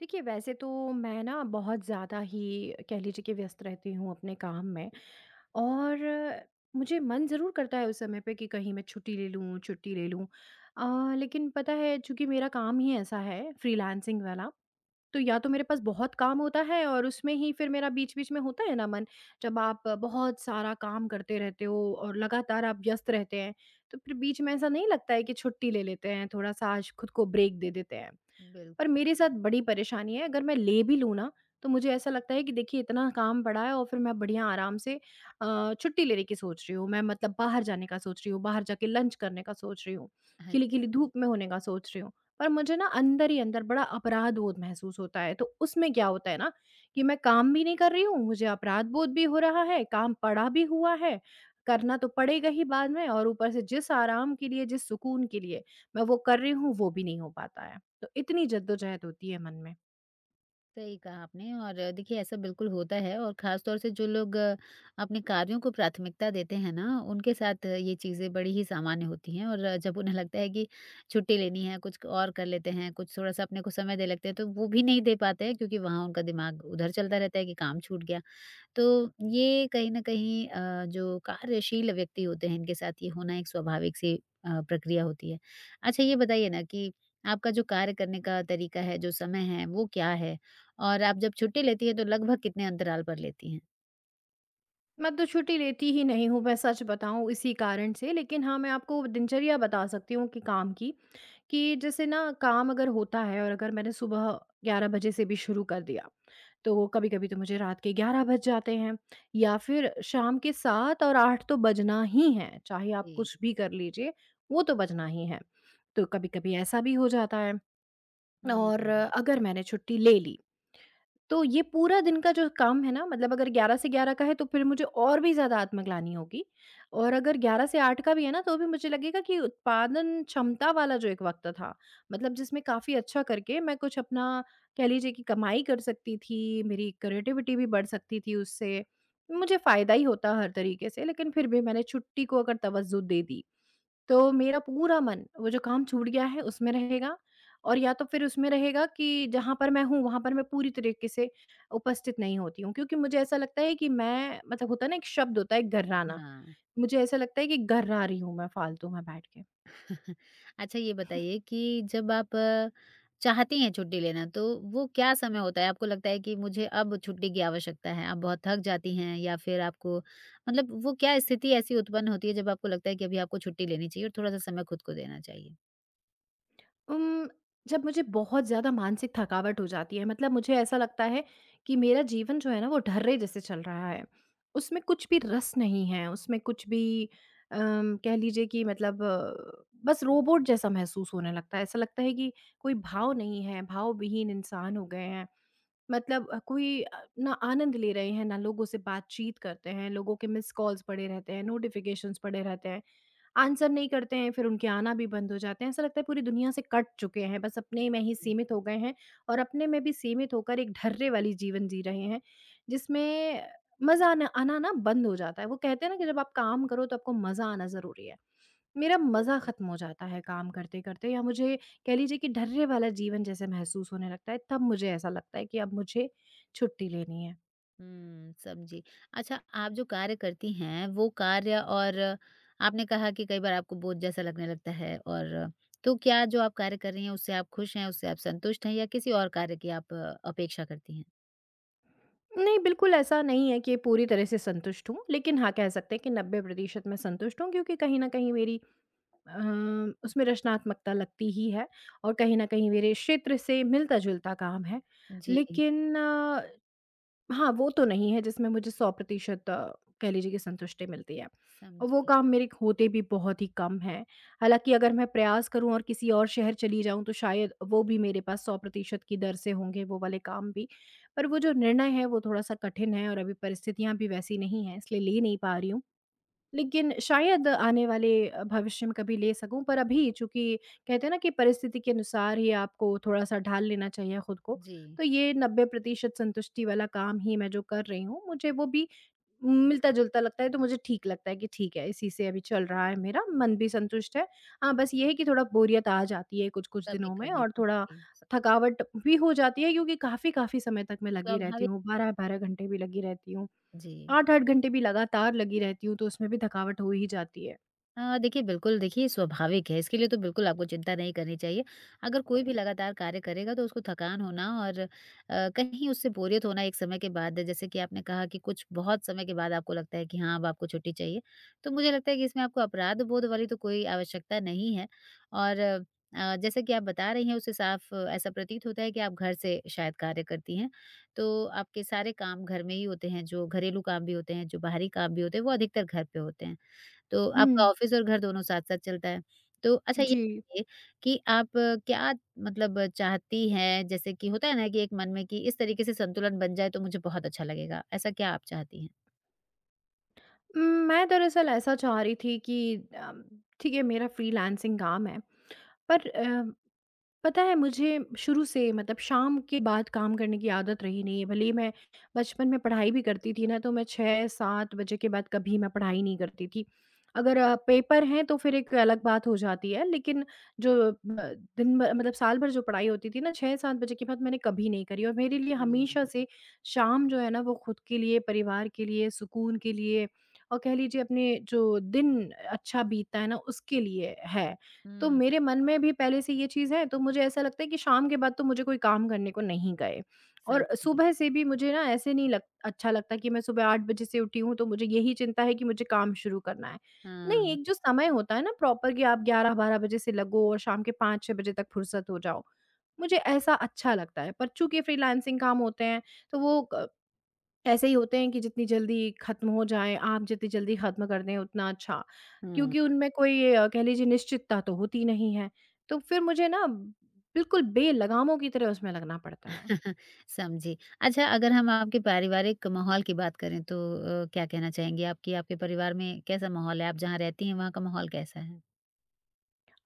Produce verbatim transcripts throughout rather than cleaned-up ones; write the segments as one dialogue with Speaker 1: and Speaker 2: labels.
Speaker 1: देखिए वैसे तो मैं ना बहुत ज़्यादा ही कह लीजिए कि व्यस्त रहती हूँ अपने काम में। और मुझे मन ज़रूर करता है उस समय पे कि कहीं मैं छुट्टी ले लूँ छुट्टी ले लूँ। अ, लेकिन पता है चूंकि मेरा काम ही ऐसा है फ्रीलांसिंग वाला। तो या तो मेरे पास बहुत काम होता है और उसमें ही फिर मेरा बीच-बीच में होता है ना मन। जब आप बहुत सारा काम करते रहते हो और लगातार आप व्यस्त रहते हैं, तो फिर बीच में ऐसा नहीं लगता है कि छुट्टी ले लेते हैं, थोड़ा-सा आज खुद को ब्रेक दे देते हैं।
Speaker 2: बिल
Speaker 1: पर मेरे साथ बड़ी परेशानी है, अगर मैं ले भी लूँ ना, तो मुझे ऐसा लगता है कि देखिए इतना काम पड़ा है और फिर मैं बढ़िया आराम से अ, छुट्टी लेने की सोच रही हूँ, मैं मतलब बाहर जाने का सोच रही हूँ, बाहर जाके लंच करने का सोच रही हूँ,
Speaker 2: अच्छा,
Speaker 1: खिली-खिली धूप में होने का सोच रही हूँ। पर मुझे ना अंदर ही अंदर बड़ा अपराध-बोध महसूस होता है। तो उसमें क्या होता है ना कि मैं काम भी नहीं कर रही हूँ, मुझे अपराध-बोध भी हो रहा है, काम पड़ा भी हुआ है, करना तो पड़ेगा ही बाद में और ऊपर से जिस आराम के लिए, जिस सुकून के लिए मैं वो कर रही हूँ, वो भी नहीं हो पाता है। तो इतनी जद्दोजहद होती है मन में।
Speaker 2: सही कहा आपने और अ, देखिए ऐसा बिल्कुल होता है और ख़ास तौर से जो लोग अ, अपने कार्यों को प्राथमिकता देते हैं ना, उनके साथ अ, ये चीज़ें बड़ी ही सामान्य होती हैं और अ, जब उन्हें लगता है कि छुट्टी लेनी है, कुछ और कर लेते हैं, कुछ थोड़ा-सा अपने को समय देने लगते हैं, तो वो भी नहीं दे पाते हैं क्योंकि वहाँ उनका दिमाग उधर चलता रहता है कि काम छूट गया। तो ये कहीं न कहीं अ, जो कार्यशील व्यक्ति होते हैं इनके साथ ये होना एक स्वाभाविक सी अ, प्रक्रिया होती है। अच्छा ये बताइए ना कि आपका जो कार्य करने का तरीका है, जो समय है वो क्या है? और आप जब छुट्टी लेती हैं तो लगभग कितने अंतराल पर लेती हैं?
Speaker 1: मैं तो छुट्टी लेती ही नहीं हूँ, मैं सच बताऊँ इसी कारण से। लेकिन हाँ, मैं आपको दिनचर्या बता सकती हूँ कि काम की, कि जैसे ना काम अगर होता है और अगर मैंने सुबह ग्यारह बजे से भी शुरू कर दिया तो कभी-कभी तो मुझे रात के ग्यारह बज जाते हैं, या फिर शाम के सात और आठ तो बजना ही है, चाहे आप
Speaker 2: जी।
Speaker 1: कुछ भी कर लीजिए, वो तो बजना ही है। तो कभी-कभी ऐसा भी हो जाता है।
Speaker 2: हुँ,
Speaker 1: और अगर मैंने छुट्टी ले ली तो ये पूरा दिन का जो काम है ना, मतलब अगर ग्यारह से ग्यारह का है तो फिर मुझे और भी ज़्यादा आत्मग्लानि होगी और अगर ग्यारह से आठ का भी है ना, तो भी मुझे लगेगा कि उत्पादन क्षमता वाला जो एक वक़्त था, मतलब जिसमें काफ़ी अच्छा करके मैं कुछ अपना कह लीजिए कि कमाई कर सकती थी, मेरी क्रिएटिविटी भी बढ़ सकती थी उससे। मुझे फ़ायदा ही होता हर तरीके से, लेकिन फिर भी मैंने छुट्टी को अगर तवज्जो दे दी तो मेरा पूरा मन वो जो काम छूट गया है उसमें रहेगा। और या तो फिर उसमें रहेगा कि जहाँ पर मैं हूँ वहाँ पर मैं पूरी तरीके से उपस्थित नहीं होती हूँ क्योंकि मुझे ऐसा लगता है कि मैं, मतलब होता है ना एक शब्द होता है गर्राना,
Speaker 2: हाँ।
Speaker 1: मुझे ऐसा लगता है कि गर्रा रही हूँ मैं फालतू में बैठ के।
Speaker 2: अच्छा ये बताइए कि जब आप अ, चाहती हैं छुट्टी लेना तो वो क्या समय होता है? आपको लगता है कि मुझे अब छुट्टी की आवश्यकता है, आप बहुत थक जाती हैं या फिर आपको मतलब वो क्या स्थिति ऐसी उत्पन्न होती है जब आपको लगता है कि अभी आपको छुट्टी लेनी चाहिए और थोड़ा-सा समय खुद को देना चाहिए?
Speaker 1: उम, जब मुझे बहुत ज़्यादा मानसिक थकावट हो जाती है, मतलब मुझे ऐसा लगता है कि मेरा जीवन जो है ना, वो ढर्रे जैसे चल रहा है। उसमें कुछ भी रस नहीं है, उसमें कुछ भी अम, कह लीजिए कि मतलब अ, बस रोबोट जैसा महसूस होने लगता है। ऐसा लगता है कि कोई भाव नहीं है, भावविहीन इंसान हो गए हैं। मतलब अ, कोई अ, ना आनंद ले रहे हैं, ना लोगों से बातचीत करते हैं, लोगों के मिस्ड कॉल्स पड़े रहते हैं, नोटिफ़िकेशंस पड़े रहते हैं, आंसर नहीं करते हैं, फिर उनके आना भी बंद हो जाते हैं। ऐसा लगता है पूरी दुनिया से कट चुके हैं, बस अपने में ही सीमित
Speaker 2: हुँ।
Speaker 1: हो गए हैं, और अपने में भी सीमित होकर एक ढर्रे वाली जीवन जी रहे हैं, जिसमें मज़ा आना आना ना बंद हो जाता है। वो कहते हैं ना कि जब आप काम करो तो आपको मज़ा आना ज़रूरी है। मेरा मज़ा
Speaker 2: बिल्कुल।
Speaker 1: ख़त्म हो जाता है काम करते-करते, या मुझे कह लीजिए कि ढर्रे वाला जीवन जैसे महसूस होने लगता है, तब मुझे ऐसा लगता है कि अब मुझे छुट्टी लेनी है।
Speaker 2: हुँ, समझी। अच्छा आप जो कार्य करती हैं वो कार्य और आपने कहा कि कई बार आपको बोझ जैसा लगने लगता है और तो क्या जो आप कार्य कर रही हैं उससे आप खुश हैं, उससे आप संतुष्ट हैं या किसी और कार्य की आप अ, अपेक्षा करती हैं?
Speaker 1: नहीं, बिल्कुल ऐसा नहीं है कि पूरी तरह से संतुष्ट हूँ, लेकिन हाँ, कह सकते हैं कि नब्बे प्रतिशत मैं संतुष्ट हूँ क्योंकि कहीं न कहीं मेरी अ, उसमें रचनात्मकता लगती ही है और कहीं न कहीं मेरे क्षेत्र से मिलता-जुलता काम है।
Speaker 2: जी,
Speaker 1: लेकिन हाँ, वो तो नहीं है जिसमें मुझे सौ प्रतिशत अ, कह लीजिए कि संतुष्टि मिलती है। और वो
Speaker 2: समझी।
Speaker 1: काम मेरे होते भी बहुत ही कम हैं। हालाँकि अगर मैं प्रयास करूँ और किसी और शहर चली जाऊँ तो शायद वो भी मेरे पास सौ प्रतिशत की दर से होंगे, वो वाले काम भी। पर वो जो निर्णय है वो थोड़ा-सा कठिन है और अभी परिस्थितियाँ भी वैसी नहीं हैं, इसलिए ले नहीं पा रही हूँ। लेकिन शायद आने वाले अ, भविष्य में कभी ले सकूँ, पर अभी चूँकि कहते हैं ना कि परिस्थिति के अनुसार ही आपको थोड़ा-सा ढाल लेना चाहिए खुद को,
Speaker 2: जी,
Speaker 1: तो ये नब्बे प्रतिशत संतुष्टि वाला काम ही मैं जो कर रही हूँ, मुझे वो भी मिलता-जुलता लगता है, तो मुझे ठीक लगता है कि ठीक है, इसी से अभी चल रहा है मेरा, मन भी संतुष्ट है। हाँ, बस ये है कि थोड़ा बोरियत आ जाती है कुछ-कुछ दिनों में
Speaker 2: कभी-कभी
Speaker 1: और थोड़ा
Speaker 2: जी,
Speaker 1: थकावट भी हो जाती है क्योंकि काफ़ी-काफ़ी समय तक मैं लगी रहती
Speaker 2: स्वाभाविक
Speaker 1: हूँ, बारह बारह घंटे भी लगी रहती हूँ।
Speaker 2: जी।
Speaker 1: आठ आठ घंटे भी लगातार लगी रहती हूँ, तो उसमें भी थकावट हो ही जाती है।
Speaker 2: अ, देखिए बिल्कुल देखिए स्वाभाविक है, इसके लिए तो बिल्कुल आपको चिंता नहीं करनी चाहिए। अगर कोई भी लगातार कार्य करेगा तो उसको थकान होना और अ, कहीं उससे बोरियत होना एक समय के बाद जैसे कि आपने कहा कि कुछ बहुत समय के बाद आपको लगता है कि हाँ, अब आपको छुट्टी चाहिए। तो मुझे लगता है कि इसमें आपको अपराध बोध वाली तो कोई आवश्यकता नहीं है और अ, अ, जैसे कि आप बता रही हैं उससे साफ अ, ऐसा प्रतीत होता है कि आप घर से शायद कार्य करती हैं। तो आपके सारे काम घर में ही होते हैं, जो घरेलू काम भी होते हैं, जो बाहरी काम भी होते हैं, वो अधिकतर घर पे होते हैं। तो
Speaker 1: हुँ।
Speaker 2: आपका ऑफ़िस और घर दोनों साथ-साथ चलता है। तो अच्छा ये
Speaker 1: जी।
Speaker 2: बताइए कि आप अ, क्या मतलब चाहती हैं जैसे कि होता है ना कि एक मन में कि इस तरीके से संतुलन बन जाए तो मुझे बहुत अच्छा लगेगा, ऐसा क्या आप चाहती हैं?
Speaker 1: उम, मैं दरअसल ऐसा चाह रही थी कि अम, ठीक है मेरा फ्रीलांसिंग काम है, पर अ पता है मुझे शुरू से, मतलब शाम के बाद काम करने की आदत रही नहीं है, भले ही मैं बचपन में पढ़ाई भी करती थी ना, तो मैं छह सात बजे के बाद कभी मैं पढ़ाई नहीं करती थी। अगर अ, पेपर हैं तो फिर एक अलग बात हो जाती है, लेकिन जो अ, दिन भर, मतलब साल भर जो पढ़ाई होती थी ना, छह सात बजे के बाद मैंने कभी नहीं करी। और मेरे लिए हमेशा
Speaker 2: हुँ,
Speaker 1: से शाम जो है ना, वो खुद के लिए, परिवार के लिए, सुकून के लिए और कह लीजिए अपने जो दिन अच्छा बीतता है ना उसके लिए है। तो
Speaker 2: हुँ।
Speaker 1: मेरे मन में भी पहले से ये चीज़ है, तो मुझे ऐसा लगता है कि शाम के बाद तो मुझे कोई काम करने को नहीं गए। और
Speaker 2: समझी।
Speaker 1: सुबह से भी मुझे ना ऐसे नहीं लग अच्छा लगता कि मैं सुबह आठ बजे से उठी हूँ, तो मुझे यही चिंता है कि मुझे काम शुरू करना है।
Speaker 2: हाँ,
Speaker 1: नहीं, एक जो समय होता है ना प्रॉपर कि आप ग्यारह बारह बजे से लगो और शाम के पांच छह बजे तक फुर्सत हो जाओ, मुझे ऐसा अच्छा लगता है। पर चूँकि फ्रीलांसिंग काम होते हैं, तो वो क ऐसे ही होते हैं कि जितनी जल्दी खत्म हो जाएँ, आप जितनी जल्दी खत्म कर दें उतना अच्छा।
Speaker 2: हुँ,
Speaker 1: क्योंकि उनमें कोई अ, कह लीजिए निश्चितता तो होती नहीं है। तो फिर मुझे ना बिल्कुल बेलगामों की तरह उसमें लगना पड़ता है।
Speaker 2: समझी। अच्छा अगर हम आपके पारिवारिक माहौल की बात करें तो अ, क्या कहना चाहेंगी आप कि आपके परिवार में कैसा माहौल है? आप जहाँ रहती हैं वहाँ का माहौल कैसा है?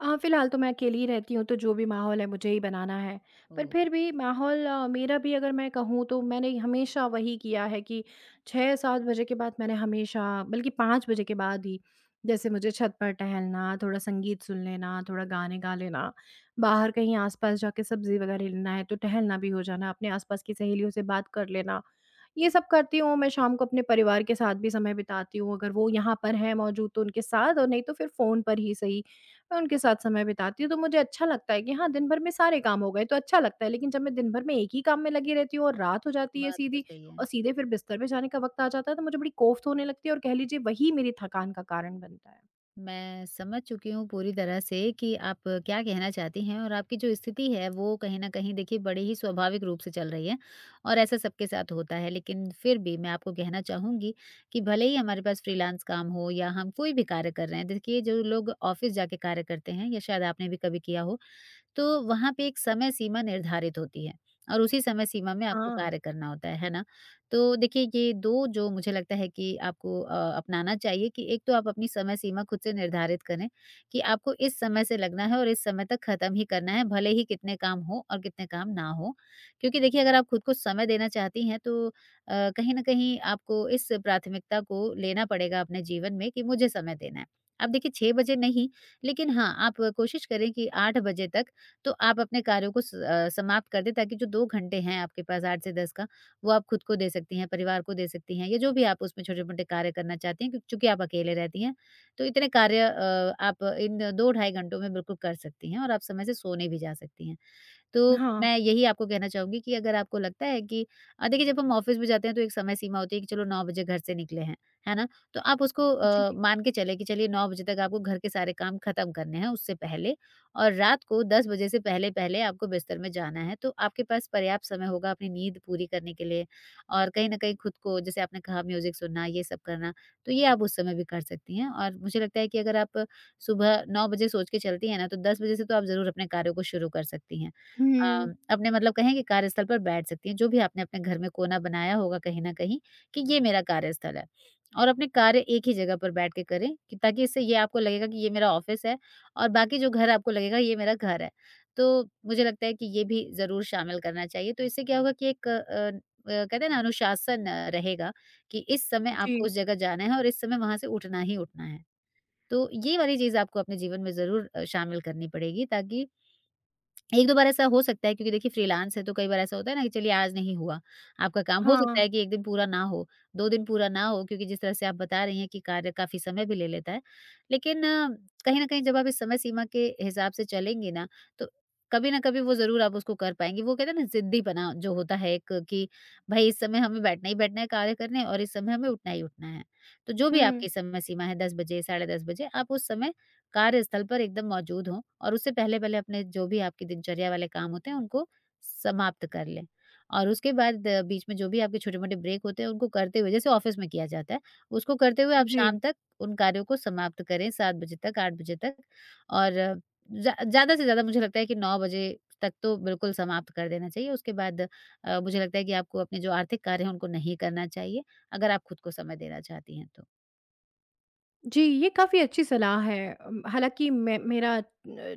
Speaker 1: अ, फ़िलहाल तो मैं अकेली ही रहती हूँ, तो जो भी माहौल है मुझे ही बनाना है। पर
Speaker 2: ओह!
Speaker 1: फिर भी माहौल अ, मेरा भी अगर मैं कहूँ तो मैंने हमेशा वही किया है कि छह सात बजे के बाद मैंने हमेशा, बल्कि पांच बजे के बाद ही, जैसे मुझे छत पर टहलना, थोड़ा संगीत सुन लेना, थोड़ा गाने गा लेना, बाहर कहीं आस-पास जाके सब्ज़ी वग़ैरह लेना है तो टहलना भी हो जाना, अपने आस-पास की सहेलियों से बात कर लेना, ये सब करती हूँ। मैं शाम को अपने परिवार के साथ भी समय बिताती हूँ, अगर वो यहाँ पर हैं मौजूद तो उनके साथ, और नहीं तो फिर फ़ोन पर ही सही मैं उनके साथ समय बिताती हूँ, तो मुझे अच्छा लगता है कि हाँ, दिन भर में सारे काम हो गए तो अच्छा लगता है। लेकिन जब मैं दिन भर में एक ही काम में लगी रहती हूँ और रात हो जाती है
Speaker 2: बात तो
Speaker 1: सीधी,
Speaker 2: सही
Speaker 1: और
Speaker 2: है।
Speaker 1: सीधे फिर बिस्तर पे जाने का वक़्त आ जाता है, तो मुझे बड़ी कोफ्त होने लगती है और कह लीजिए वही मेरी थकान का कारण बनता है।
Speaker 2: मैं समझ चुकी हूँ पूरी तरह से कि आप क्या कहना चाहती हैं और आपकी जो स्थिति है वो कहीं न कहीं देखिए बड़े ही स्वाभाविक रूप से चल रही है और ऐसा सबके साथ होता है। लेकिन फिर भी मैं आपको कहना चाहूँगी कि भले ही हमारे पास फ्रीलांस काम हो या हम कोई भी कार्य कर रहे हैं, देखिए जो लोग ऑफ़िस जाके कार्य करते हैं या शायद आपने भी कभी किया हो, तो वहाँ पे एक समय सीमा निर्धारित होती है और उसी समय सीमा में आपको
Speaker 1: हाँ।
Speaker 2: कार्य करना होता है, है ना? तो देखिए ये दो जो मुझे लगता है कि आपको अ, अपनाना चाहिए कि एक तो आप अपनी समय सीमा खुद से निर्धारित करें कि आपको इस समय से लगना है और इस समय तक खत्म ही करना है, भले ही कितने काम हों और कितने काम ना हों। क्योंकि देखिए अगर आप खुद को समय देना चाहती हैं तो अ, कहीं न कहीं आपको इस प्राथमिकता को लेना पड़ेगा अपने जीवन में कि मुझे समय देना है। अब देखिए छह बजे नहीं, लेकिन हाँ, आप कोशिश करें कि आठ बजे तक तो आप अपने कार्यों को स अ, समाप्त कर दें ताकि जो दो घंटे हैं आपके पास आठ से दस का, वो आप खुद को दे सकती हैं, परिवार को दे सकती हैं या जो भी आप उसमें छोटे-मोटे कार्य करना चाहती हैं क्यों चूँकि आप अकेले रहती हैं, तो इतने कार्य अ, आप इन दो ढाई घंटों में बिल्कुल कर सकती हैं और आप समय से सोने भी जा सकती हैं। तो
Speaker 1: हाँ।
Speaker 2: मैं यही आपको कहना चाहूँगी कि अगर आपको लगता है कि अ, देखिए जब हम ऑफ़िस में जाते हैं तो एक समय सीमा होती है कि चलो नौ बजे घर से निकले हैं, है ना? तो आप उसको अ,
Speaker 1: जी।
Speaker 2: मान के चलें कि चलिए नौ बजे तक आपको घर के सारे काम खत्म करने हैं उससे पहले और रात को दस बजे से पहले-पहले आपको बिस्तर में जाना है, तो आपके पास पर्याप्त समय होगा अपनी नींद पूरी करने के लिए और कहीं न कहीं खुद को जैसे आपने कहा म्यूज़िक सुनना, ये सब करना, तो ये आप उस समय भी कर सकती हैं और मुझे लगता है कि अगर आप सुबह नौ बजे सोच के चलती हैं ना, तो दस बजे से तो आप ज़रूर अपने कार्यों को शुरू कर सकती हैं। अ,
Speaker 1: हुँ।
Speaker 2: अपने मतलब कहें कि कार्यस्थल पर बैठ सकती हैं, जो भी आपने अपने घर में कोना बनाया होगा कहीं न कहीं कि ये मेरा कार्यस्थल है और अपने कार्य एक ही जगह पर बैठ के करें कि ताकि इससे ये आपको लगेगा कि ये मेरा ऑफ़िस है और बाकी जो घर है आपको लगेगा ये मेरा घर है। तो मुझे लगता है कि ये भी ज़रूर शामिल करना चाहिए, तो इससे क्या होगा कि एक अ अ, कहते हैं ना अनुशासन अ, रहेगा कि इस समय आपको
Speaker 1: जी।
Speaker 2: उस जगह जाना है और इस समय वहाँ से उठना ही उठना है। तो ये वाली चीज़ आपको अपने जीवन में ज़रूर अ, शामिल करनी पड़ेगी ताकि एक-दो बार ऐसा हो सकता है क्योंकि देखिए फ्रीलांस है तो कई बार ऐसा होता है ना कि चलिए आज नहीं हुआ आपका काम, हो सकता
Speaker 1: हाँ।
Speaker 2: है कि एक दिन पूरा ना हो, दो दिन पूरा ना हो क्योंकि जिस तरह से आप बता रही हैं कि कार्य काफ़ी समय भी ले लेता है। लेकिन अ, कहीं न कहीं जब आप इस समय सीमा के हिसाब से चलेंगी ना, तो कभी न कभी वो ज़रूर आप उसको कर पाएँगी। वो कहते हैं ना ज़िद्दीपना जो होता है एक कि भई इस समय हमें बैठना ही बैठना है कार्य करने और इस समय हमें उठना ही उठना है। तो जो भी
Speaker 1: हुँ।
Speaker 2: आपकी समय सीमा है दस बजे, साढ़े दस बजे आप उस समय कार्यस्थल पर एकदम मौजूद हों और उससे पहले-पहले अपने जो भी आपकी दिनचर्या वाले काम होते हैं, उनको समाप्त कर लें। और उसके बाद अ, बीच में जो भी आपके छोटे-मोटे ब्रेक होते हैं, उनको करते हुए जैसे ऑफ़िस में किया जाता है, उसको करते हुए आप
Speaker 1: जी।
Speaker 2: शाम तक उन कार्यों को समाप्त करें सात बजे तक, आठ बजे तक और ज़्या ज़्यादा से ज़्यादा मुझे लगता है कि नौ बजे तक तो बिल्कुल समाप्त कर देना चाहिए। उसके बाद अ, मुझे लगता है कि आपको अपने जो आर्थिक कार्य हैं, उनको नहीं करना चाहिए, अगर आप खुद को समय देना चाहती हैं तो।
Speaker 1: जी, ये काफ़ी अच्छी सलाह है। अम, हालाँकि मैं मेरा अ,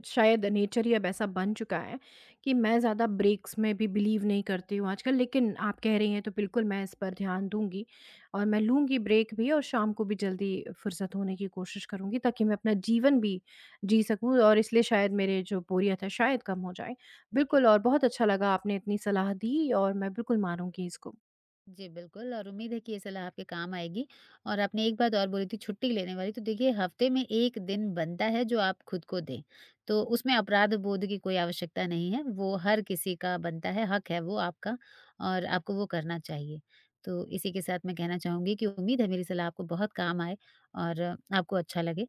Speaker 1: शायद नेचर ही अब ऐसा बन चुका है कि मैं ज़्यादा ब्रेक्स में भी बिलीव नहीं करती हूँ आजकल, लेकिन आप कह रही हैं तो बिल्कुल मैं इस पर ध्यान दूँगी और मैं लूँगी ब्रेक भी, और शाम को भी जल्दी फ़ुर्सत होने की कोशिश करूँगी ताकि मैं अपना जीवन भी जी सकूँ, और इसलिए शायद मेरे जो बोरियत है शायद कम हो जाए।
Speaker 2: जी।
Speaker 1: बिल्कुल, और बहुत अच्छा लगा आपने इतनी सलाह दी और मैं बिल्कुल मानूँगी इसको।
Speaker 2: जी, बिल्कुल और उम्मीद है कि ये सलाह आपके काम आएगी। और आपने एक बात और बोली थी छुट्टी लेने वाली, तो देखिए हफ़्ते में एक दिन बनता है जो आप खुद को दें। तो उसमें अपराध बोध की कोई आवश्यकता नहीं है, वो हर किसी का बनता है, हक है वो आपका और आपको वो करना चाहिए। तो इसी के साथ मैं कहना चाहूँगी कि उम्मीद है मेरी सलाह आपको बहुत काम आए और आपको अच्छा लगे।